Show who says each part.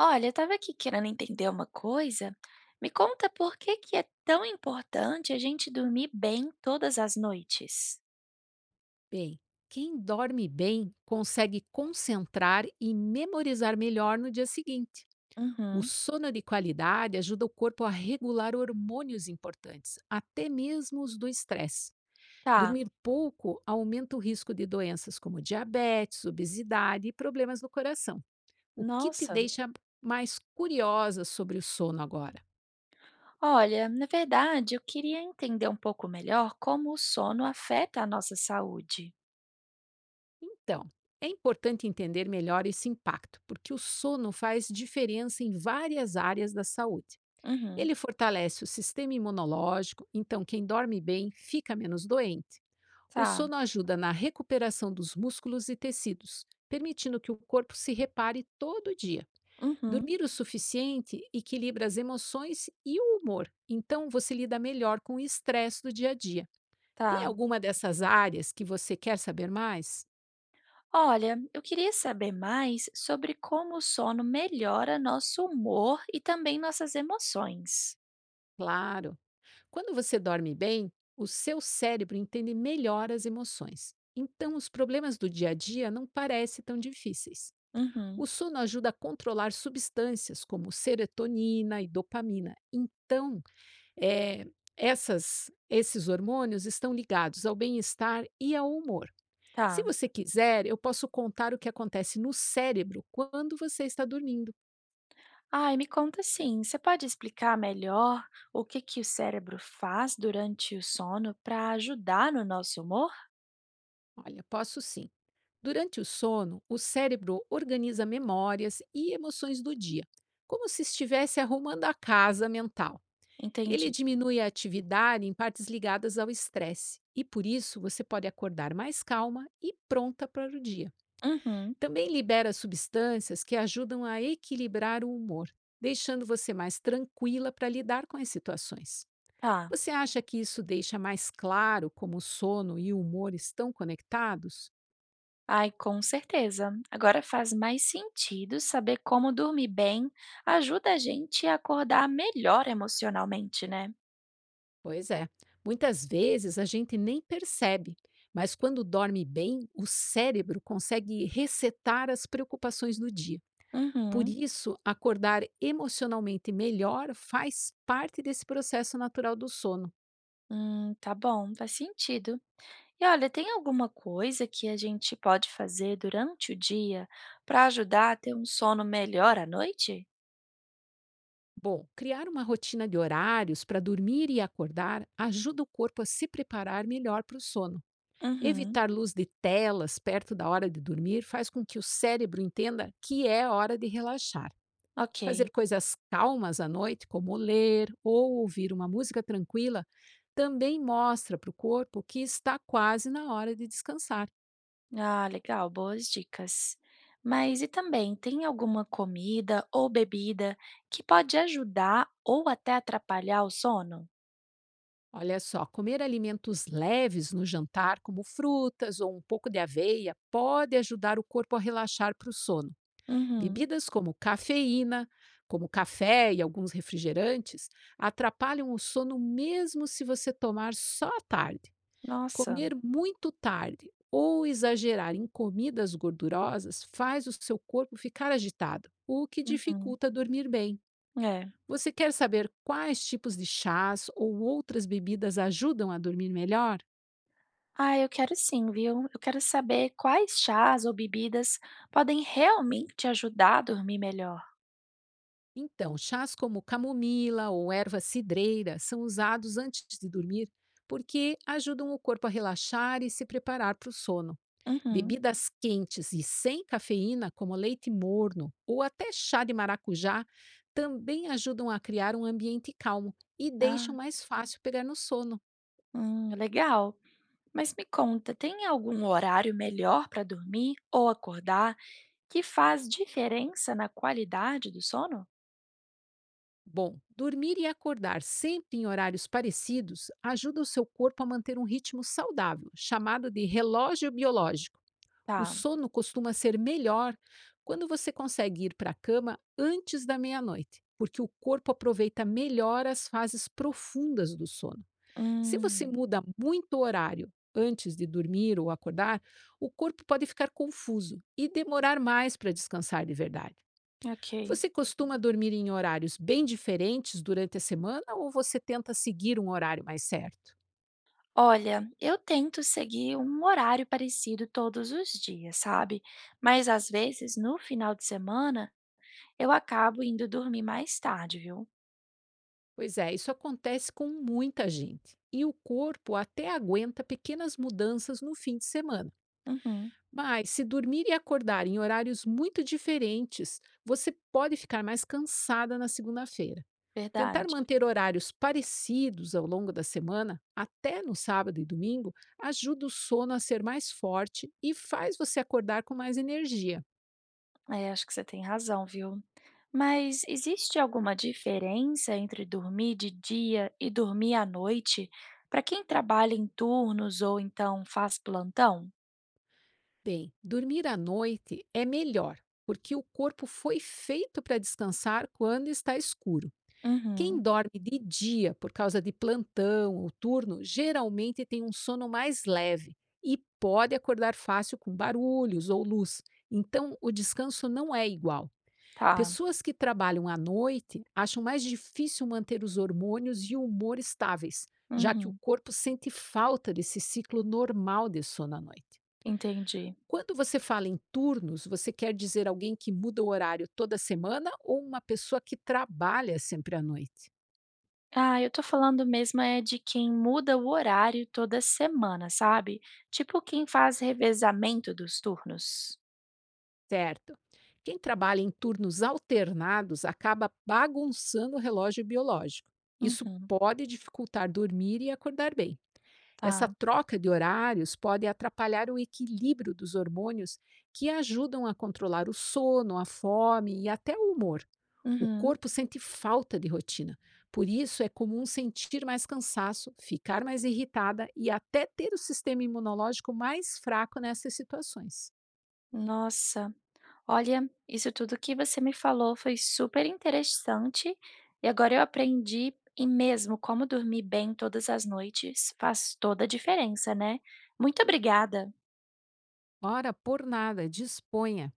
Speaker 1: Olha, eu estava aqui querendo entender uma coisa. Me conta por que que é tão importante a gente dormir bem todas as noites?
Speaker 2: Bem, quem dorme bem consegue concentrar e memorizar melhor no dia seguinte. O
Speaker 1: Uhum.
Speaker 2: sono de qualidade ajuda o corpo a regular hormônios importantes, até mesmo os do estresse.
Speaker 1: Tá.
Speaker 2: Dormir pouco aumenta o risco de doenças como diabetes, obesidade e problemas no coração. O que te
Speaker 1: Nossa.
Speaker 2: deixa mais curiosa sobre o sono agora?
Speaker 1: Olha, na verdade, eu queria entender um pouco melhor como o sono afeta a nossa saúde.
Speaker 2: Então, é importante entender melhor esse impacto, porque o sono faz diferença em várias áreas da saúde.
Speaker 1: Uhum.
Speaker 2: Ele fortalece o sistema imunológico, então quem dorme bem fica menos doente. O
Speaker 1: Tá.
Speaker 2: sono ajuda na recuperação dos músculos e tecidos, permitindo que o corpo se repare todo dia.
Speaker 1: Uhum.
Speaker 2: Dormir o suficiente equilibra as emoções e o humor, então você lida melhor com o estresse do dia a dia. Tem
Speaker 1: Tá.
Speaker 2: alguma dessas áreas que você quer saber mais?
Speaker 1: Olha, eu queria saber mais sobre como o sono melhora nosso humor e também nossas emoções.
Speaker 2: Claro! Quando você dorme bem, o seu cérebro entende melhor as emoções. Então, os problemas do dia a dia não parecem tão difíceis.
Speaker 1: Uhum.
Speaker 2: O sono ajuda a controlar substâncias como serotonina e dopamina. Então, eh, esses hormônios estão ligados ao bem-estar e ao humor. Se
Speaker 1: Tá.
Speaker 2: você quiser, eu posso contar o que acontece no cérebro quando você está dormindo.
Speaker 1: Ai, me conta sim, você pode explicar melhor o que que o cérebro faz durante o sono para ajudar no nosso humor?
Speaker 2: Olha, posso sim. Durante o sono, o cérebro organiza memórias e emoções do dia, como se estivesse arrumando a casa mental. Ele
Speaker 1: Entendi.
Speaker 2: diminui a atividade em partes ligadas ao estresse, e por isso você pode acordar mais calma e pronta para o dia.
Speaker 1: Uhum,
Speaker 2: Também libera substâncias que ajudam a equilibrar o humor, deixando você mais tranquila para lidar com as situações.
Speaker 1: tá.
Speaker 2: Você acha que isso deixa mais claro como o sono e o humor estão conectados?
Speaker 1: Ai, com certeza. Agora faz mais sentido saber como dormir bem ajuda a gente a acordar melhor emocionalmente, né?
Speaker 2: Pois é. Muitas vezes a gente nem percebe, mas quando dorme bem, o cérebro consegue resetar as preocupações do dia. Por
Speaker 1: Uhum.
Speaker 2: isso, acordar emocionalmente melhor faz parte desse processo natural do sono.
Speaker 1: Tá bom, faz sentido. E olha, tem alguma coisa que a gente pode fazer durante o dia para ajudar a ter um sono melhor à noite?
Speaker 2: Bom, criar uma rotina de horários para dormir e acordar ajuda o corpo a se preparar melhor para o sono.
Speaker 1: Uhum.
Speaker 2: Evitar luz de telas perto da hora de dormir faz com que o cérebro entenda que é hora de relaxar. Fazer
Speaker 1: Ok.
Speaker 2: coisas calmas à noite, como ler ou ouvir uma música tranquila, também mostra para o corpo que está quase na hora de descansar.
Speaker 1: Ah, legal, boas dicas. Mas e também, tem alguma comida ou bebida que pode ajudar ou até atrapalhar o sono?
Speaker 2: Olha só, comer alimentos leves no jantar, como frutas ou um pouco de aveia, pode ajudar o corpo a relaxar para o sono.
Speaker 1: Uhum.
Speaker 2: Bebidas como cafeína, como café e alguns refrigerantes, atrapalham o sono mesmo se você tomar só à tarde.
Speaker 1: Nossa.
Speaker 2: Comer muito tarde ou exagerar em comidas gordurosas faz o seu corpo ficar agitado, o que
Speaker 1: Uhum.
Speaker 2: dificulta dormir bem.
Speaker 1: É.
Speaker 2: Você quer saber quais tipos de chás ou outras bebidas ajudam a dormir melhor?
Speaker 1: Ah, eu quero sim, viu? Eu quero saber quais chás ou bebidas podem realmente ajudar a dormir melhor.
Speaker 2: Então, chás como camomila ou erva cidreira são usados antes de dormir porque ajudam o corpo a relaxar e se preparar para o sono.
Speaker 1: Uhum.
Speaker 2: Bebidas quentes e sem cafeína, como leite morno ou até chá de maracujá, também ajudam a criar um ambiente calmo e
Speaker 1: Ah,
Speaker 2: deixam mais fácil pegar no sono.
Speaker 1: legal. Mas me conta, tem algum horário melhor para dormir ou acordar? Que faz diferença na qualidade do sono?
Speaker 2: Bom, dormir e acordar sempre em horários parecidos ajuda o seu corpo a manter um ritmo saudável, chamado de relógio biológico. O
Speaker 1: Tá.
Speaker 2: sono costuma ser melhor quando você consegue ir para a cama antes da meia-noite, porque o corpo aproveita melhor as fases profundas do sono. Se você
Speaker 1: Hum,
Speaker 2: muda muito o horário antes de dormir ou acordar, o corpo pode ficar confuso e demorar mais para descansar de verdade.
Speaker 1: ok.
Speaker 2: Você costuma dormir em horários bem diferentes durante a semana ou você tenta seguir um horário mais certo?
Speaker 1: Olha, eu tento seguir um horário parecido todos os dias, sabe? Mas às vezes, no final de semana, eu acabo indo dormir mais tarde, viu?
Speaker 2: Pois é, isso acontece com muita gente e o corpo até aguenta pequenas mudanças no fim de semana.
Speaker 1: Uhum,
Speaker 2: Mas se dormir e acordar em horários muito diferentes, você pode ficar mais cansada na segunda-feira. Tentar
Speaker 1: verdade.
Speaker 2: manter horários parecidos ao longo da semana, até no sábado e domingo, ajuda o sono a ser mais forte e faz você acordar com mais energia.
Speaker 1: É, acho que você tem razão, viu? Mas existe alguma diferença entre dormir de dia e dormir à noite para quem trabalha em turnos ou então faz plantão?
Speaker 2: Bem, dormir à noite é melhor, porque o corpo foi feito para descansar quando está escuro. Quem
Speaker 1: Uhum.
Speaker 2: dorme de dia por causa de plantão ou turno geralmente tem um sono mais leve e pode acordar fácil com barulhos ou luz. Então, o descanso não é igual.
Speaker 1: Tá.
Speaker 2: Pessoas que trabalham à noite acham mais difícil manter os hormônios e o humor estáveis, já que o
Speaker 1: Uhum.
Speaker 2: corpo sente falta desse ciclo normal de sono à noite.
Speaker 1: Entendi.
Speaker 2: Quando você fala em turnos, você quer dizer alguém que muda o horário toda semana ou uma pessoa que trabalha sempre à noite?
Speaker 1: Ah, eu tô falando mesmo é de quem muda o horário toda semana, sabe? Tipo quem faz revezamento dos turnos.
Speaker 2: Certo. Quem trabalha em turnos alternados acaba bagunçando o relógio biológico. Isso
Speaker 1: Uhum.
Speaker 2: pode dificultar dormir e acordar bem. Essa
Speaker 1: Tá.
Speaker 2: troca de horários pode atrapalhar o equilíbrio dos hormônios que ajudam a controlar o sono, a fome e até o humor. O
Speaker 1: Uhum.
Speaker 2: corpo sente falta de rotina. Por isso, é comum sentir mais cansaço, ficar mais irritada e até ter o sistema imunológico mais fraco nessas situações.
Speaker 1: Nossa. Olha, isso tudo que você me falou foi super interessante e agora eu aprendi e mesmo como dormir bem todas as noites faz toda a diferença, né? Muito obrigada.
Speaker 2: Ora, por nada, disponha.